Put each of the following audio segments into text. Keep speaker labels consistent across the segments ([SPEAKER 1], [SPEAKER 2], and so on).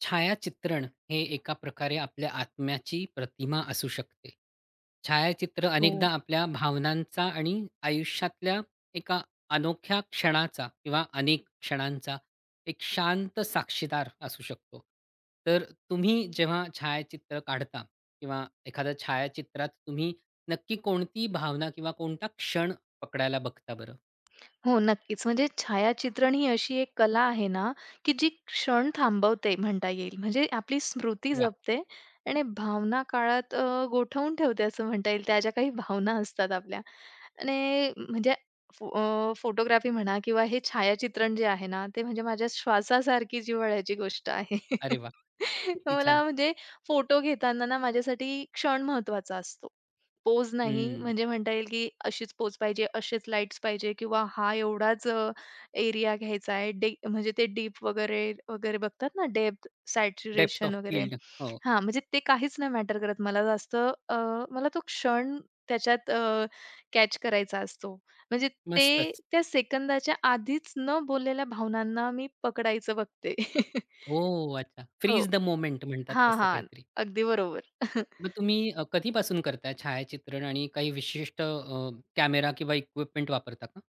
[SPEAKER 1] छायाचित्रण हे एका प्रकारे आपल्या आत्म्याची प्रतिमा असू शकते. छायाचित्र
[SPEAKER 2] हो.
[SPEAKER 1] अनेकदा आपल्या भावनांचा आणि आयुष्यातल्या एका अनोख्या क्षणाचा किंवा अनेक क्षणांचा एक शांत साक्षीदार असू शकतो. तर तुम्ही जेव्हा छायाचित्र काढता किंवा एखाद्या छायाचित्रात तुम्ही नक्की कोणती भावना किंवा कोणता क्षण पकडायला बघता बरं?
[SPEAKER 2] हो, नक्कीच. म्हणजे छायाचित्रण ही अशी एक कला आहे ना, की जी क्षण थांबवते म्हणता येईल. म्हणजे आपली स्मृती
[SPEAKER 1] वाह!
[SPEAKER 2] जपते आणि भावना काळात गोठवून ठेवते असं म्हणता येईल. त्या ज्या काही भावना असतात आपल्या आणि म्हणजे फोटोग्राफी म्हणा किंवा हे छायाचित्रण जे आहे ना, ते म्हणजे माझ्या श्वासासारखी जिव्हाळ्याची गोष्ट आहे.
[SPEAKER 1] अरे वाह! किती
[SPEAKER 2] मला
[SPEAKER 1] छान.
[SPEAKER 2] म्हणजे फोटो घेताना ना माझ्यासाठी क्षण महत्त्वाचा असतो. पोज नाही, म्हणजे म्हणता येईल की अशीच पोज पाहिजे, असेच लाईट्स पाहिजे किंवा हा एवढाच एरिया घ्यायचा आहे. म्हणजे ते डीप वगैरे वगैरे बघतात ना, डेप्थ,
[SPEAKER 1] डेप्थ
[SPEAKER 2] सॅच्युरेशन
[SPEAKER 1] ऑफ
[SPEAKER 2] वगैरे.
[SPEAKER 1] फील्ड. हो,
[SPEAKER 2] हां, म्हणजे ते काहीच नाही मॅटर करत मला जास्त मला तो क्षण त्याच्यात कॅच करायचा असतो. म्हणजे ते
[SPEAKER 1] मस्तच.
[SPEAKER 2] त्या सेकंदाच्या आधीच न बोललेल्या भावनांना मी पकडायचं बघते.
[SPEAKER 1] ओह! अच्छा.
[SPEAKER 2] हो.
[SPEAKER 1] फ्रीज द मोमेंट म्हणतात
[SPEAKER 2] हां,
[SPEAKER 1] तसं
[SPEAKER 2] हां.
[SPEAKER 1] काहीतरी.
[SPEAKER 2] अगदी बरोबर.
[SPEAKER 1] मग तुम्ही कधीपासून करताय छायाचित्रण आणि काही विशिष्ट कॅमेरा किंवा इक्विपमेंट वापरता का?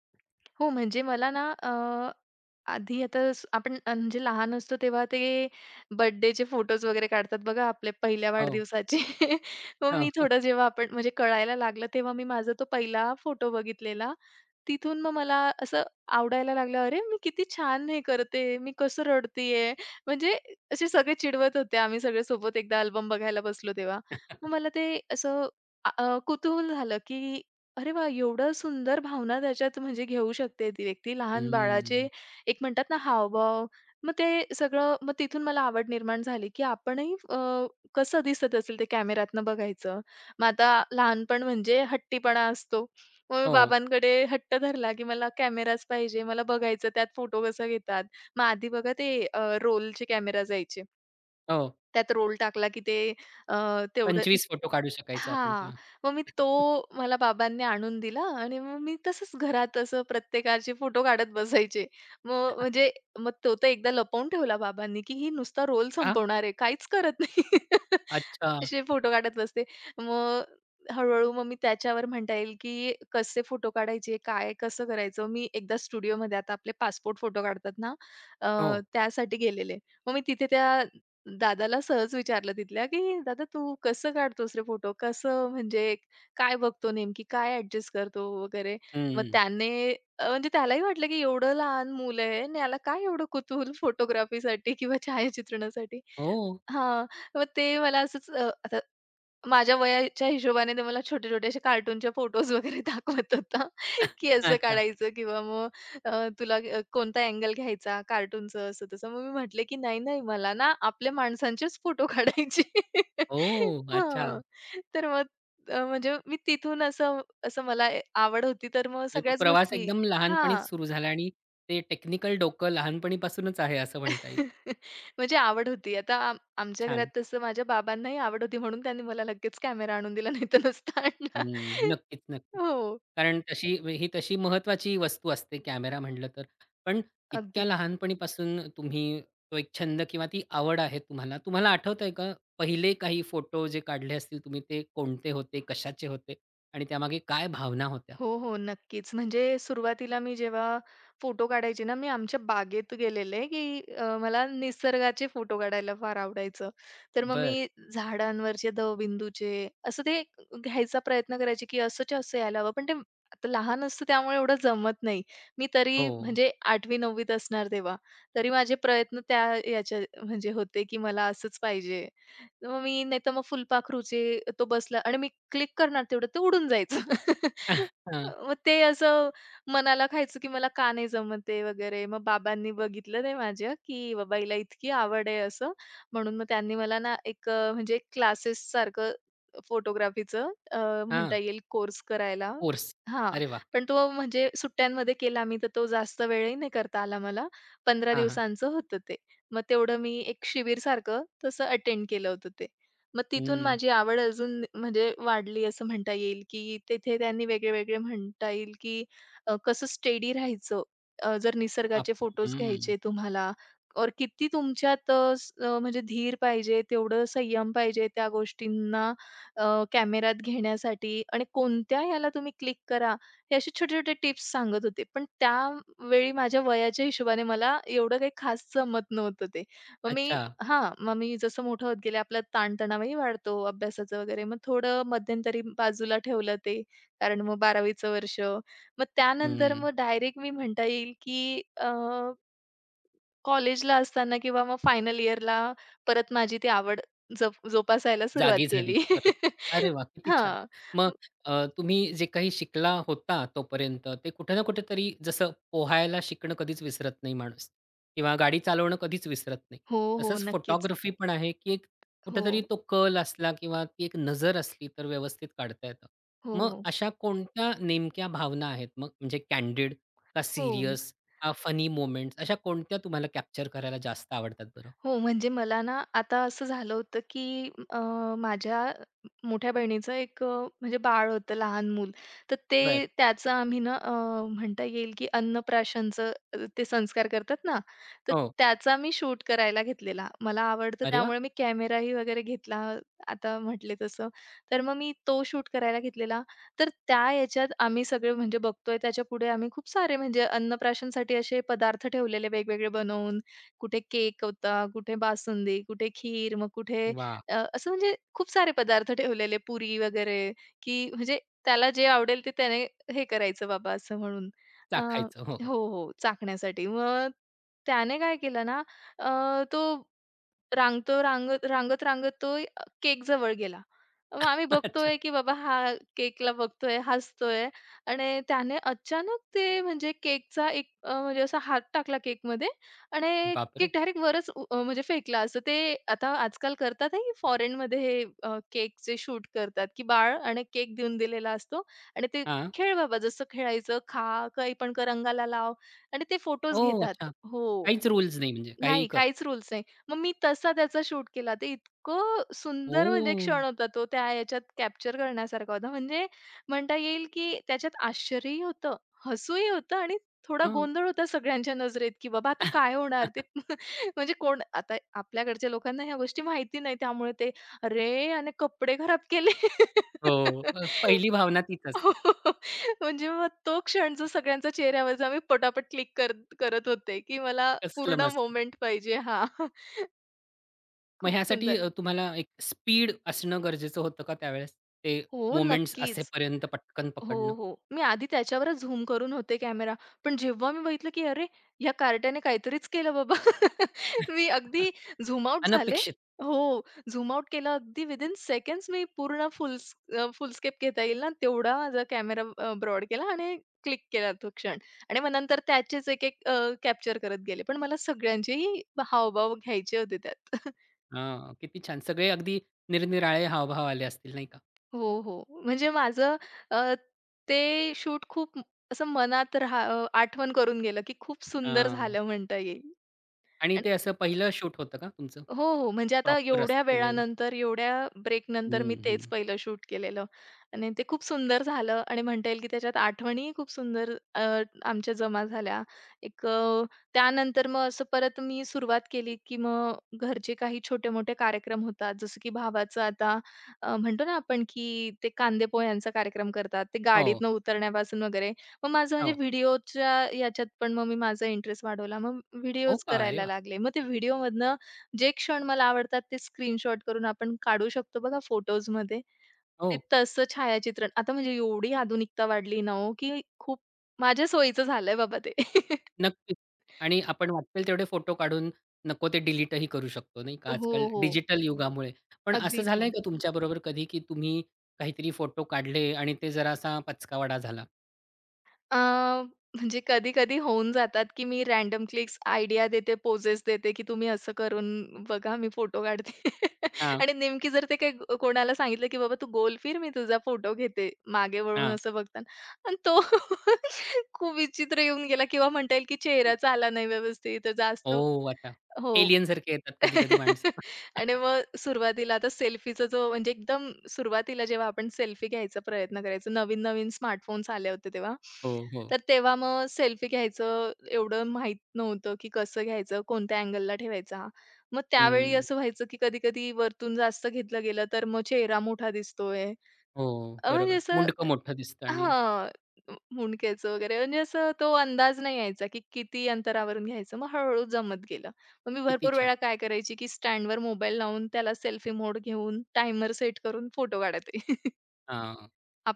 [SPEAKER 2] हो, म्हणजे मला ना आधी आता आपण म्हणजे लहान असतो तेव्हा ते बर्थडेचे फोटोज वगैरे काढतात बघा आपले पहिल्या
[SPEAKER 1] हो.
[SPEAKER 2] वाढदिवसाचे. मग मी
[SPEAKER 1] हो.
[SPEAKER 2] थोडं जेव्हा आपण म्हणजे कळायला लागलं तेव्हा मी माझा तो पहिला फोटो बघितलेला. तिथून मग मला असं आवडायला लागलं, "अरे, मी किती छान हे करते, मी कसं रडतीये." म्हणजे असे सगळे चिडवत होते. आम्ही सगळे सोबत एकदा अल्बम बघायला बसलो तेव्हा. मग मला ते असं अ, अ, कुतूहल झालं की अरे वा एवढं सुंदर भावना त्याच्यात म्हणजे घेऊ शकते ती व्यक्ती. लहान बाळाचे
[SPEAKER 1] हम्म.
[SPEAKER 2] एक म्हणतात ना हावभाव, मग ते सगळं मग तिथून मला आवड निर्माण झाली, की आपणही कसं दिसत असेल ते कॅमेऱ्यातनं बघायचं. मग आता लहानपण म्हणजे हट्टीपणा असतो. मग मी
[SPEAKER 1] हो,
[SPEAKER 2] बाबांकडे हट्ट धरला, की मला कॅमेराच पाहिजे, मला बघायचं त्यात फोटो कसा घेतात. मग आधी बघा ते रोलचे कॅमेरा जायचे.
[SPEAKER 1] हो.
[SPEAKER 2] त्यात रोल टाकला, की ते अ, तेवढं
[SPEAKER 1] 25 फोटो काढू शकायचो आपण
[SPEAKER 2] हां.
[SPEAKER 1] तेव्हा.
[SPEAKER 2] मग मी तो मला बाबांनी आणून दिला आणि मग मी तसंच घरात असं प्रत्येकाचे फोटो काढत बसायचे. मग म्हणजे मग तो तर एकदा लपवून ठेवला बाबांनी, की ही नुसता रोल
[SPEAKER 1] का?
[SPEAKER 2] संपवणार आहे, काहीच करत नाही.
[SPEAKER 1] अच्छा.
[SPEAKER 2] असे फोटो काढत बसते. मग हळू-हळू मग मी त्याच्यावर म्हणता येईल, की कसे फोटो काढायचे, काय कसं करायचं. मी एकदा स्टुडिओमध्ये आता आपले पासपोर्ट फोटो काढतात ना, अ,
[SPEAKER 1] हो.
[SPEAKER 2] त्यासाठी गेलेले. मग मी तिथे त्या दादाला सहज विचारलं तिथल्या, की "दादा तू कसं काढतोस रे फोटो? कसं म्हणजे काय बघतो नेमकी? काय ॲडजस्ट करतो?" वगैरे. मग
[SPEAKER 1] हं.
[SPEAKER 2] त्याने म्हणजे त्यालाही वाटलं, की एवढं लहान मुलं आहे आणि याला काय एवढं कुतूहल फोटोग्राफीसाठी किंवा छायाचित्रणासाठी.
[SPEAKER 1] हो.
[SPEAKER 2] हां, मग ते मला असंच आता माझ्या वयाच्या हिशोबाने ते मला छोटे-छोटे असे कार्टूनचे फोटोज वगैरे दाखवत होता, की असं
[SPEAKER 1] अच्छा.
[SPEAKER 2] काढायचं किंवा मग तुला कोणता अँगल घ्यायचा कार्टूनचं असं तसं. मग मी म्हटले, की "नाही, नाही, मला ना आपल्या माणसांचेच फोटो काढायचे."
[SPEAKER 1] ओह! अच्छा.
[SPEAKER 2] हां. तर मग म्हणजे मी तिथून असं असं मला आवड होती, तर मग
[SPEAKER 1] म्हणजे तो
[SPEAKER 2] सगळ्याच
[SPEAKER 1] प्रवास
[SPEAKER 2] गोष्टी
[SPEAKER 1] एकदम
[SPEAKER 2] हां.
[SPEAKER 1] लहानपणीच सुरू झाला आणि ते टेक्निकल डोकं लहानपणीपासूनच आहे असं म्हणता येईल.
[SPEAKER 2] म्हणजे आवड होती. आता आमच्या घरात
[SPEAKER 1] छान.
[SPEAKER 2] तसं माझ्या बाबांनाही आवड होती म्हणून त्यांनी मला लगेच कॅमेरा आणून दिला, नाही तर नसता आणला.
[SPEAKER 1] हं. नक्कीच, नक्कीच.
[SPEAKER 2] हो.
[SPEAKER 1] कारण तशी ही तशी महत्त्वाची वस्तू असते कॅमेरा म्हटलं तर. पण इतक्या लहानपणीपासून तुम्ही तो एक छंद किंवा ती आवड आहे तुम्हाला. तुम्हाला आठवतंय का पहिले काही फोटो जे काढले असतील तुम्ही ते कोणते होते, कशाचे होते आणि त्यामागे काय भावना होत्या?
[SPEAKER 2] हो, हो. नक्कीच. म्हणजे सुरुवातीला मी जेव्हा फोटो काढायचे ना, मी आमच्या बागेत गेलेले, की मला निसर्गाचे फोटो काढायला फार आवडायचं. तर मग
[SPEAKER 1] बर
[SPEAKER 2] मी झाडांवरचे दवबिंदूचे असं ते घ्यायचा प्रयत्न करायचे, की असंच्या असं यायला हवं. पण ते आता लहान असतं त्यामुळे एवढं जमत नाही. मी तरी
[SPEAKER 1] हो.
[SPEAKER 2] म्हणजे 8वी-9वी असणार तेव्हा. तरी माझे प्रयत्न त्या याच्या म्हणजे होते, की मला असंच पाहिजे. तर मग मी नाहीतर मग फुलपाखरूचे तो बसला आणि मी क्लिक करणार तेवढं ते उडून जायचं.
[SPEAKER 1] हां,
[SPEAKER 2] मग ते असं मनाला खायचं, की मला का नाही जमत आहे वगैरे. मग बाबांनी बघितलं ते माझ्या, की बाबा हिला इतकी आवड आहे असं. म्हणून मग त्यांनी मला ना एक म्हणजे क्लासेससारखं फोटोग्राफीचं
[SPEAKER 1] हां.
[SPEAKER 2] म्हणता येईल कोर्स करायला
[SPEAKER 1] कोर्स.
[SPEAKER 2] हां.
[SPEAKER 1] अरे वाह!
[SPEAKER 2] पण तो म्हणजे सुट्ट्यांमध्ये केला मी, तर तो जास्त वेळही नाही करता आला मला. 15
[SPEAKER 1] हां, हां.
[SPEAKER 2] दिवसांचं होतं ते. मग तेवढं मी एक शिबिरसारखं तसं अटेंड केलं होतं ते. मग तिथून
[SPEAKER 1] हं.
[SPEAKER 2] माझी आवड अजून म्हणजे वाढली असं म्हणता येईल, की तिथे त्यांनी वेगळे-वेगळे म्हणता येईल, की कसं स्टेडी राहायचं. जर
[SPEAKER 1] अप
[SPEAKER 2] निसर्गाचे फोटोज
[SPEAKER 1] हं.
[SPEAKER 2] घ्यायचे तुम्हाला और किती तुमच्यात म्हणजे धीर पाहिजे, तेवढं संयम पाहिजे त्या गोष्टींना कॅमेऱ्यात घेण्यासाठी आणि कोणत्या ह्याला तुम्ही क्लिक करा, हे असे छोटे-छोटे टिप्स सांगत होते. पण त्यावेळी माझ्या वयाच्या हिशोबाने मला एवढं काही खास जमत नव्हतं ते. मग मी
[SPEAKER 1] अच्छा.
[SPEAKER 2] हां, मग मी जसं मोठं होत गेले आपला ताणतणावही वाढतो अभ्यासाचं वगैरे. मग थोडं मध्यंतरी बाजूला ठेवलं ते. कारण मग 12वीचं वर्ष. मग त्यानंतर
[SPEAKER 1] हं.
[SPEAKER 2] मग डायरेक्ट मी म्हणता येईल, की कॉलेजला असताना किंवा मग फायनल इयरला परत माझी ती आवड जोपासायला सुरुवात
[SPEAKER 1] जागी झाली
[SPEAKER 2] केली.
[SPEAKER 1] परत. अरे वाह! किती छान.
[SPEAKER 2] हां.
[SPEAKER 1] मग तुम्ही जे काही शिकला होता तोपर्यंत, ते कुठे ना कुठेतरी जसं पोहायला शिकणं कधीच विसरत नाही माणूस किंवा गाडी चालवणं कधीच विसरत नाही.
[SPEAKER 2] हो, हो.
[SPEAKER 1] तसंच
[SPEAKER 2] नक्कीच.
[SPEAKER 1] फोटोग्राफी पण आहे, की एक
[SPEAKER 2] हो.
[SPEAKER 1] कुठेतरी तो कल असला किंवा ती एक नजर असली तर व्यवस्थित काढता येतं.
[SPEAKER 2] हो,
[SPEAKER 1] मग
[SPEAKER 2] हो.
[SPEAKER 1] अशा कोणत्या नेमक्या भावना आहेत मग? म्हणजे कॅन्डिड का
[SPEAKER 2] हो.
[SPEAKER 1] सीरियस का फनी मोमेंट्स अशा कोणत्या तुम्हाला कॅप्चर करायला जास्त आवडतात बरं?
[SPEAKER 2] हो, म्हणजे मला ना आता असं झालं होतं, की माझ्या मोठ्या बहिणीचं एक म्हणजे बाळ होतं, लहान मूल. तर
[SPEAKER 1] बरं.
[SPEAKER 2] ते त्याचं आम्ही ना म्हणता येईल, की अन्नप्राशनचं ते संस्कार करतात ना, तर
[SPEAKER 1] हो.
[SPEAKER 2] त्याचा मी शूट करायला घेतलेला. मला आवडतं
[SPEAKER 1] अरे वाह!
[SPEAKER 2] त्यामुळे मी कॅमेराही वगैरे घेतला, आता म्हटले तसं. तर मग मी तो शूट करायला घेतलेला. तर त्या याच्यात आम्ही सगळे म्हणजे बघतोय त्याच्यापुढे आम्ही खूप सारे म्हणजे अन्नप्राशनसाठी असे पदार्थ ठेवलेले वेगवेगळे बनवून. कुठे केक होता, कुठे बासुंदी, कुठे खीर, मग कुठे
[SPEAKER 1] वाह!
[SPEAKER 2] असं म्हणजे खूप सारे पदार्थ ठेवलेले, पुरी वगैरे, की म्हणजे त्याला जे आवडेल ते त्याने हे करायचं बाबा असं म्हणून. अ,
[SPEAKER 1] चाखायचं. हो. हो.
[SPEAKER 2] हो, हो, चाखण्यासाठी. मग त्याने काय केलं ना, अ, तो रांगतो रांगत रांगत रांगत तो केकजवळ गेला. मग आम्ही
[SPEAKER 1] अच्छा.
[SPEAKER 2] बघतोय, की बाबा हा केकला बघतोय, हसतोय आणि त्याने अचानक ते म्हणजे केकचा एक म्हणजे असा हात टाकला केकमध्ये आणि केक
[SPEAKER 1] बापरे!
[SPEAKER 2] डायरेक्ट वरच म्हणजे फेकला असं. ते आता आजकाल करतात आहे, की फॉरेनमध्ये हे केकचे शूट करतात, की बाळ आणि केक देऊन दिलेला असतो आणि ते
[SPEAKER 1] हां.
[SPEAKER 2] "खेळ बाबा जसं खेळायचं, खा, काही पण कर, अंगाला लाव" आणि ते फोटोज
[SPEAKER 1] ओह!
[SPEAKER 2] घेतात.
[SPEAKER 1] अच्छा.
[SPEAKER 2] हो.
[SPEAKER 1] काहीच रूल्स नाही म्हणजे काहीही
[SPEAKER 2] नाही,
[SPEAKER 1] कर.
[SPEAKER 2] काहीच रूल्स नाही. मग मी तसा त्याचा शूट केला. ते इतकं सुंदर म्हणजे
[SPEAKER 1] ओह!
[SPEAKER 2] क्षण होता तो. त्या ह्याच्यात कॅप्चर करण्यासारखा होता. म्हणजे म्हणता येईल, की त्याच्यात आश्चर्यही होतं, हसूही होतं आणि थोडा
[SPEAKER 1] हं.
[SPEAKER 2] गोंधळ होता सगळ्यांच्या नजरेत, की बाबा आता
[SPEAKER 1] हो.
[SPEAKER 2] काय होणार ते. म्हणजे कोण आता आपल्याकडच्या लोकांना ह्या गोष्टी माहिती नाही. त्यामुळे ते "अरे! याने कपडे खराब केले."
[SPEAKER 1] पहिली भावना तीच असते.
[SPEAKER 2] हो. म्हणजे मग तो क्षण जो सगळ्यांच्या चेहऱ्यावरचा मी पटापट क्लिक कर करत होते, की मला
[SPEAKER 1] कसलं
[SPEAKER 2] पूर्ण
[SPEAKER 1] मस्त.
[SPEAKER 2] मोमेंट पाहिजे. हां,
[SPEAKER 1] मग
[SPEAKER 2] खूप
[SPEAKER 1] ह्यासाठी
[SPEAKER 2] सुंदर.
[SPEAKER 1] तुम्हाला एक स्पीड असणं गरजेचं होतं का त्यावेळेस? ते
[SPEAKER 2] हो,
[SPEAKER 1] मोमेंट्स
[SPEAKER 2] नक्कीच.
[SPEAKER 1] असेपर्यंत पटकन
[SPEAKER 2] हो,
[SPEAKER 1] पकडणं?
[SPEAKER 2] हो. मी आधी त्याच्यावरच झूम करून होते कॅमेरा. पण जेव्हा मी बघितलं, की अरे, ह्या कार्ट्याने काहीतरीच केलं बाबा. मी अगदी झूम आउट झाले.
[SPEAKER 1] अनपेक्षित.
[SPEAKER 2] हो, झूम आउट केलं अगदी विदिन सेकंड्स मी पूर्ण फुल स्केप घेता येईल ना, तेवढा माझा कॅमेरा ब्रॉड केला आणि क्लिक केला तो क्षण. आणि मग नंतर त्याचेच एक-एक कॅप्चर करत गेले. पण मला सगळ्यांचेही हावभाव घ्यायचे होते त्यात.
[SPEAKER 1] हां. किती छान. सगळे अगदी निरनिराळे हावभाव आले असतील नाही का?
[SPEAKER 2] हो, हो. म्हणजे माझं अ, ते शूट खूप असं मनात आठवण करून गेलं, की खूप सुंदर
[SPEAKER 1] हां.
[SPEAKER 2] झालं म्हणता येईल.
[SPEAKER 1] आणि ते असं पहिलं शूट होतं का तुमचं?
[SPEAKER 2] हो, हो. म्हणजे आता
[SPEAKER 1] प्रॉपर
[SPEAKER 2] एवढ्या
[SPEAKER 1] असं केलेलं?
[SPEAKER 2] वेळानंतर, एवढ्या ब्रेक नंतर
[SPEAKER 1] हं,
[SPEAKER 2] मी
[SPEAKER 1] हं.
[SPEAKER 2] तेच पहिलं शूट केलेलं आणि ते खूप सुंदर झालं आणि म्हणता येईल, की त्याच्यात आठवणीही खूप सुंदर आमच्या जमा झाल्या. एक अ, त्यानंतर मग असं परत मी सुरुवात केली, की मग घरचे काही छोटे-मोठे कार्यक्रम होतात. जसं की भावाचं आता म्हणतो ना आपण, की ते कांदेपोह्यांचा कार्यक्रम करतात. ते
[SPEAKER 1] हो.
[SPEAKER 2] गाडीतनं उतरण्यापासून वगैरे. मग माझं म्हणजे
[SPEAKER 1] हो.
[SPEAKER 2] व्हिडिओच्या याच्यात पण मग मी माझा इंटरेस्ट वाढवला. मग
[SPEAKER 1] हो
[SPEAKER 2] व्हिडिओज
[SPEAKER 1] का? अरे
[SPEAKER 2] करायला
[SPEAKER 1] वाह!
[SPEAKER 2] लागले. मग ते व्हिडिओमधनं जे क्षण मला आवडतात ते स्क्रीनशॉट करून आपण काढू शकतो बघा फोटोजमध्ये. ते
[SPEAKER 1] हो.
[SPEAKER 2] तसं छायाचित्रण आता म्हणजे एवढी आधुनिकता वाढली ना हो, की खूप माझ्या सोयीचं झालंय बाबा ते.
[SPEAKER 1] नक्कीच. आणि आपण वाटेल तेवढे फोटो काढून नको ते डिलीटही करू शकतो, नाही का,
[SPEAKER 2] हो,
[SPEAKER 1] आजकाल
[SPEAKER 2] हो.
[SPEAKER 1] डिजिटल युगामुळे. पण असं
[SPEAKER 2] अगदी
[SPEAKER 1] झालंय
[SPEAKER 2] छान.
[SPEAKER 1] का तुमच्याबरोबर कधी, की तुम्ही काहीतरी फोटो काढले आणि ते जरासा पचकावडा झाला?
[SPEAKER 2] अ, म्हणजे कधी-कधी होऊन जातात, की मी रँडम क्लिक्स आयडिया देते, पोजेस देते, की तुम्ही असं करून बघा मी फोटो काढते.
[SPEAKER 1] हां,
[SPEAKER 2] आणि नेमकी जर ते काही कोणाला सांगितलं, की "बाबा तू गोल फिर, मी तुझा फोटो घेते." मागे वळून
[SPEAKER 1] हां.
[SPEAKER 2] असं बघताना आणि तो खूप विचित्र येऊन गेला किंवा म्हणता येईल, की चेहराच आला नाही व्यवस्थित. तर जास्त
[SPEAKER 1] ओह! अच्छा.
[SPEAKER 2] हो.
[SPEAKER 1] एलियनसारखे येतात कधी-कधी माणसं.
[SPEAKER 2] आणि मग सुरुवातीला आता सेल्फीचा जो म्हणजे एकदम सुरुवातीला जेव्हा आपण सेल्फी घ्यायचा प्रयत्न करायचो, नवीन-नवीन स्मार्टफोन्स आले होते तेव्हा.
[SPEAKER 1] हो, हो.
[SPEAKER 2] तर तेव्हा मग सेल्फी घ्यायचं एवढं माहीत नव्हतं, की कसं घ्यायचं, कोणत्या अँगलला ठेवायचा. मग त्यावेळी
[SPEAKER 1] हं.
[SPEAKER 2] असं व्हायचं, की कधी-कधी वरतून जास्त घेतलं गेलं, तर मग चेहरा मोठा दिसतोय.
[SPEAKER 1] हो,
[SPEAKER 2] म्हणजे
[SPEAKER 1] बरोबर.
[SPEAKER 2] असं
[SPEAKER 1] मुंडकं मोठं दिसतं आणि
[SPEAKER 2] हां. मुंडक्याचं वगैरे म्हणजे असं तो अंदाज नाही यायचा, की किती अंतरावरून घ्यायचं. मग हळू-हळू जमत गेलं. मग मी
[SPEAKER 1] किती
[SPEAKER 2] भरपूर
[SPEAKER 1] छान.
[SPEAKER 2] वेळा काय करायची, की स्टँडवर मोबाईल लावून त्याला सेल्फी मोड घेऊन टाइमर सेट करून फोटो काढते.
[SPEAKER 1] हां.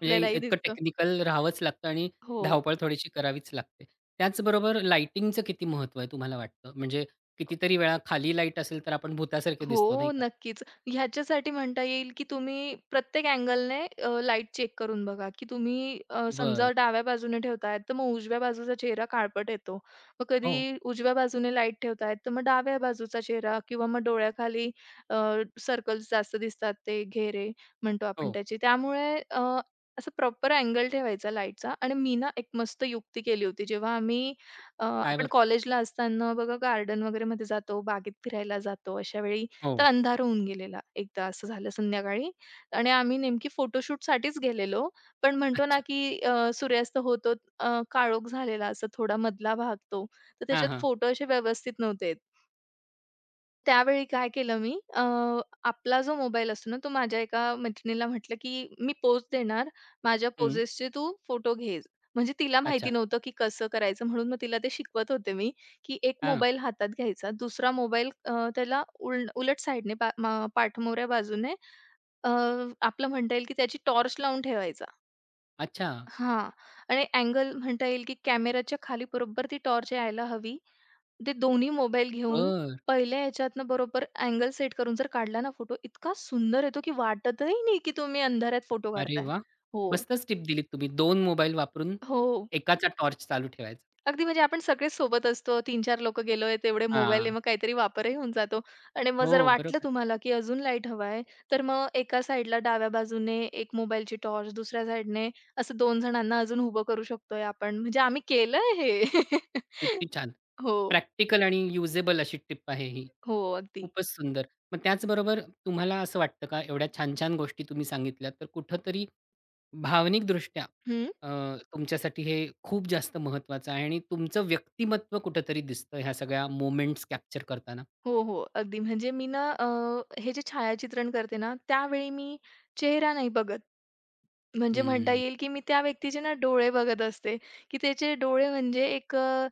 [SPEAKER 1] म्हणजे इतकं
[SPEAKER 2] दिसतं.
[SPEAKER 1] टेक्निकल राहावंच लागतं आणि
[SPEAKER 2] हो.
[SPEAKER 1] धावपळ थोडीशी करावीच लागते. त्याचबरोबर लाइटिंगचं किती महत्त्व आहे तुम्हाला वाटतं? म्हणजे कितीतरी वेळा खाली लाईट असेल तर आपण भुतासारखे दिसतो
[SPEAKER 2] हो,
[SPEAKER 1] नाही का?
[SPEAKER 2] नक्कीच. ह्याच्यासाठी म्हणता येईल, की तुम्ही प्रत्येक अँगलने लाईट चेक करून बघा, की तुम्ही समजा
[SPEAKER 1] बरं.
[SPEAKER 2] डाव्या बाजूने ठेवताय, तर मग उजव्या बाजूचा चेहरा काळपट येतो. मग
[SPEAKER 1] हो,
[SPEAKER 2] कधी उजव्या बाजूने लाईट ठेवताय, तर मग डाव्या बाजूचा चेहरा किंवा मग डोळ्याखाली सर्कल्स जास्त दिसतात, ते घेरे म्हणतो आपण
[SPEAKER 1] हो.
[SPEAKER 2] त्याचे. त्यामुळे असं प्रॉपर अँगल ठेवायचा लाईटचा. आणि मी ना एक मस्त युक्ती केली होती. जेव्हा
[SPEAKER 1] काय
[SPEAKER 2] आपण
[SPEAKER 1] बरं?
[SPEAKER 2] कॉलेजला असताना बघा गार्डन वगैरेमध्ये जातो, बागेत फिरायला जातो, अशा वेळी तर
[SPEAKER 1] हो.
[SPEAKER 2] अंधार होऊन गेलेला. एकदा असं झालं संध्याकाळी आणि आम्ही नेमकी फोटोशूटसाठीच गेलेलो. पण म्हणतो ना,
[SPEAKER 1] अच्छा.
[SPEAKER 2] की सूर्यास्त होत-होत काळोख झालेला असा थोडा मधला भाग तो. तर
[SPEAKER 1] हां,
[SPEAKER 2] त्याच्यात
[SPEAKER 1] हां.
[SPEAKER 2] फोटो असे व्यवस्थित नव्हते त्यावेळी काय केलं मी आपला जो मोबाईल असतो ना, तो माझ्या एका मैत्रिणीला म्हटलं, की "मी पोज देणार, माझ्या
[SPEAKER 1] हं.
[SPEAKER 2] पोजेसचे तू फोटो घे." म्हणजे तिला माहिती
[SPEAKER 1] अच्छा.
[SPEAKER 2] नव्हतं, की कसं करायचं म्हणून मग तिला ते शिकवत होते मी, की एक
[SPEAKER 1] हां.
[SPEAKER 2] मोबाईल हातात घ्यायचा, दुसरा मोबाईल त्याला उलट साईडने पा मा पाठमोऱ्या बाजूने अ, आपलं म्हणता येईल, की त्याची टॉर्च लावून ठेवायचा.
[SPEAKER 1] अच्छा.
[SPEAKER 2] हां. आणि अँगल म्हणता येईल, की कॅमेराच्या खाली बरोबर ती टॉर्च यायला हवी ते दोन्ही मोबाईल घेऊन
[SPEAKER 1] बरं.
[SPEAKER 2] पहिल्या ह्याच्यातनं बरोबर अँगल सेट करून जर काढला ना फोटो, इतका सुंदर येतो की वाटतही नाही की तुम्ही अंधारात फोटो
[SPEAKER 1] अरे
[SPEAKER 2] काढताय.
[SPEAKER 1] वाह!
[SPEAKER 2] हो.
[SPEAKER 1] मस्तच टिप दिलीत तुम्ही. 2 मोबाईल वापरून
[SPEAKER 2] हो.
[SPEAKER 1] एकाचा टॉर्च चालू ठेवायचा.
[SPEAKER 2] अगदी म्हणजे आपण सगळेच सोबत असतो. तीन-चार लोकं गेलोय, तेवढे मोबाईल आहे,
[SPEAKER 1] हां.
[SPEAKER 2] मग काहीतरी वापरही होऊन जातो. आणि मग जर
[SPEAKER 1] हो,
[SPEAKER 2] वाटलं
[SPEAKER 1] बरोबर.
[SPEAKER 2] तुम्हाला की अजून लाईट हवा तर मग एका साइडला डाव्या बाजूने एक मोबाईलची टॉर्च, दुसऱ्या साइडने असं 2 जणांना अजून उभं करू शकतोय आपण. म्हणजे आम्ही केलंय हे.
[SPEAKER 1] किती छान.
[SPEAKER 2] हो.
[SPEAKER 1] प्रॅक्टिकल आणि युजेबल अशी टिप आहे ही.
[SPEAKER 2] हो, अगदी.
[SPEAKER 1] खूपच सुंदर. मग त्याचबरोबर तुम्हाला असं वाटतं का, एवढ्या छान-छान गोष्टी तुम्ही सांगितल्यात, तर कुठेतरी भावनिकदृष्ट्या
[SPEAKER 2] हं.
[SPEAKER 1] अ, तुमच्यासाठी हे खूप जास्त महत्त्वाचं आहे आणि तुमचं व्यक्तिमत्त्व कुठेतरी दिसतं ह्या सगळ्या मोमेंट्स कॅप्चर करताना?
[SPEAKER 2] हो, हो. अगदी म्हणजे मी ना हे जे छायाचित्रण करते ना, त्यावेळी मी चेहरा नाही बघत. म्हणजे म्हणता
[SPEAKER 1] हं,
[SPEAKER 2] येईल, की मी त्या व्यक्तीचे ना डोळे बघत असते, की त्याचे डोळे म्हणजे एक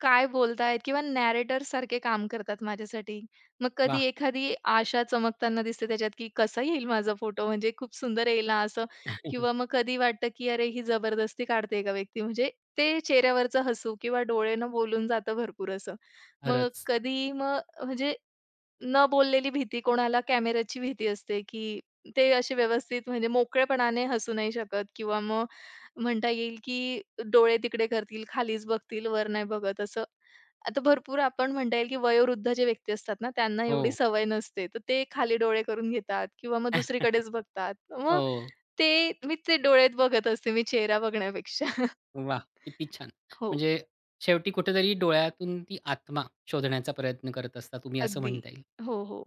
[SPEAKER 2] काय बोलतायत किंवा नॅरेटरसारखे काम करतात माझ्यासाठी. मग कधी
[SPEAKER 1] वाह!
[SPEAKER 2] एखादी आशा चमकताना दिसते त्याच्यात, की कसा येईल माझा फोटो म्हणजे खूप सुंदर येईल ना असं किंवा मग कधी वाटतं, की अरे ही जबरदस्ती काढते का व्यक्ती म्हणजे ते चेहऱ्यावरचं हसू किंवा डोळे न बोलून जातं भरपूर असं. मग
[SPEAKER 1] खरंच.
[SPEAKER 2] कधी मग म्हणजे न बोललेली भीती कोणाला कॅमेऱ्याची भीती असते, की ते असे व्यवस्थित म्हणजे मोकळेपणाने हसू नाही शकत किंवा मग म्हणता येईल, की डोळे तिकडे करतील, खालीच बघतील, वर नाही बघत असं. आता भरपूर आपण म्हणता येईल, की वयोवृद्ध जे व्यक्ती असतात ना, त्यांना
[SPEAKER 1] हो.
[SPEAKER 2] एवढी सवय नसते. तर ते खाली डोळे करून घेतात किंवा मग दुसरीकडेच बघतात. मग
[SPEAKER 1] हो.
[SPEAKER 2] ते मी ते डोळ्यात बघत असते, मी चेहरा बघण्यापेक्षा.
[SPEAKER 1] वाह! किती छान.
[SPEAKER 2] हो,
[SPEAKER 1] म्हणजे शेवटी कुठेतरी डोळ्यातून ती आत्मा शोधण्याचा प्रयत्न करत असता तुम्ही, असं
[SPEAKER 2] अगदी.
[SPEAKER 1] म्हणता येईल.
[SPEAKER 2] हो, हो.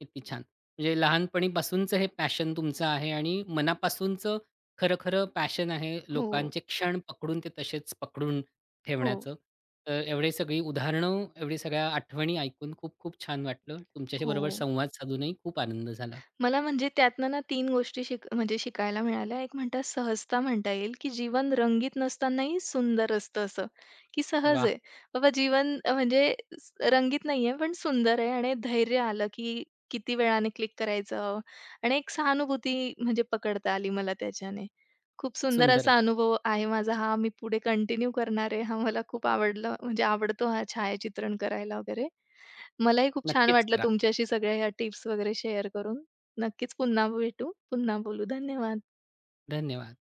[SPEAKER 1] किती छान! म्हणजे लहानपणीपासूनचं हे पॅशन तुमचं आहे आणि मनापासूनचं खरं-खरं पॅशन आहे
[SPEAKER 2] हो,
[SPEAKER 1] लोकांचे क्षण पकडून ते तसेच पकडून
[SPEAKER 2] हो,
[SPEAKER 1] ठेवण्याचं. तर एवढी सगळी उदाहरणं, एवढी सगळ्या आठवणी ऐकून खूप-खूप छान वाटलं. तुमच्याशी
[SPEAKER 2] हो.
[SPEAKER 1] बरोबर संवाद साधूनही खूप आनंद झाला.
[SPEAKER 2] मला म्हणजे त्यातनं ना 3 गोष्टी म्हणजे शिकायला मिळाल्या. एक म्हणतात सहजता म्हणता येईल, की जीवन रंगीत नसतानाही सुंदर असतं असं, की सहज
[SPEAKER 1] वाह!
[SPEAKER 2] आहे. बाबा जीवन म्हणजे रंगीत नाहीये पण सुंदर आहे आणि धैर्य आलं, की किती वेळाने क्लिक करायचं आणि एक सहानुभूती म्हणजे पकडता आली मला त्याच्याने. खूप सुंदर असा
[SPEAKER 1] सुंदरच.
[SPEAKER 2] अनुभव आहे माझा हा. मी पुढे कंटिन्यू करणार आहे. हा मला खूप आवडलं म्हणजे आवडतो हा छायाचित्रण करायला वगैरे. मलाही खूप छान
[SPEAKER 1] नक्कीच
[SPEAKER 2] वाटलं
[SPEAKER 1] करा.
[SPEAKER 2] तुमच्याशी सगळ्या ह्या टिप्स वगैरे शेअर करून. नक्कीच पुन्हा भेटू, पुन्हा बोलू. धन्यवाद.
[SPEAKER 1] धन्यवाद.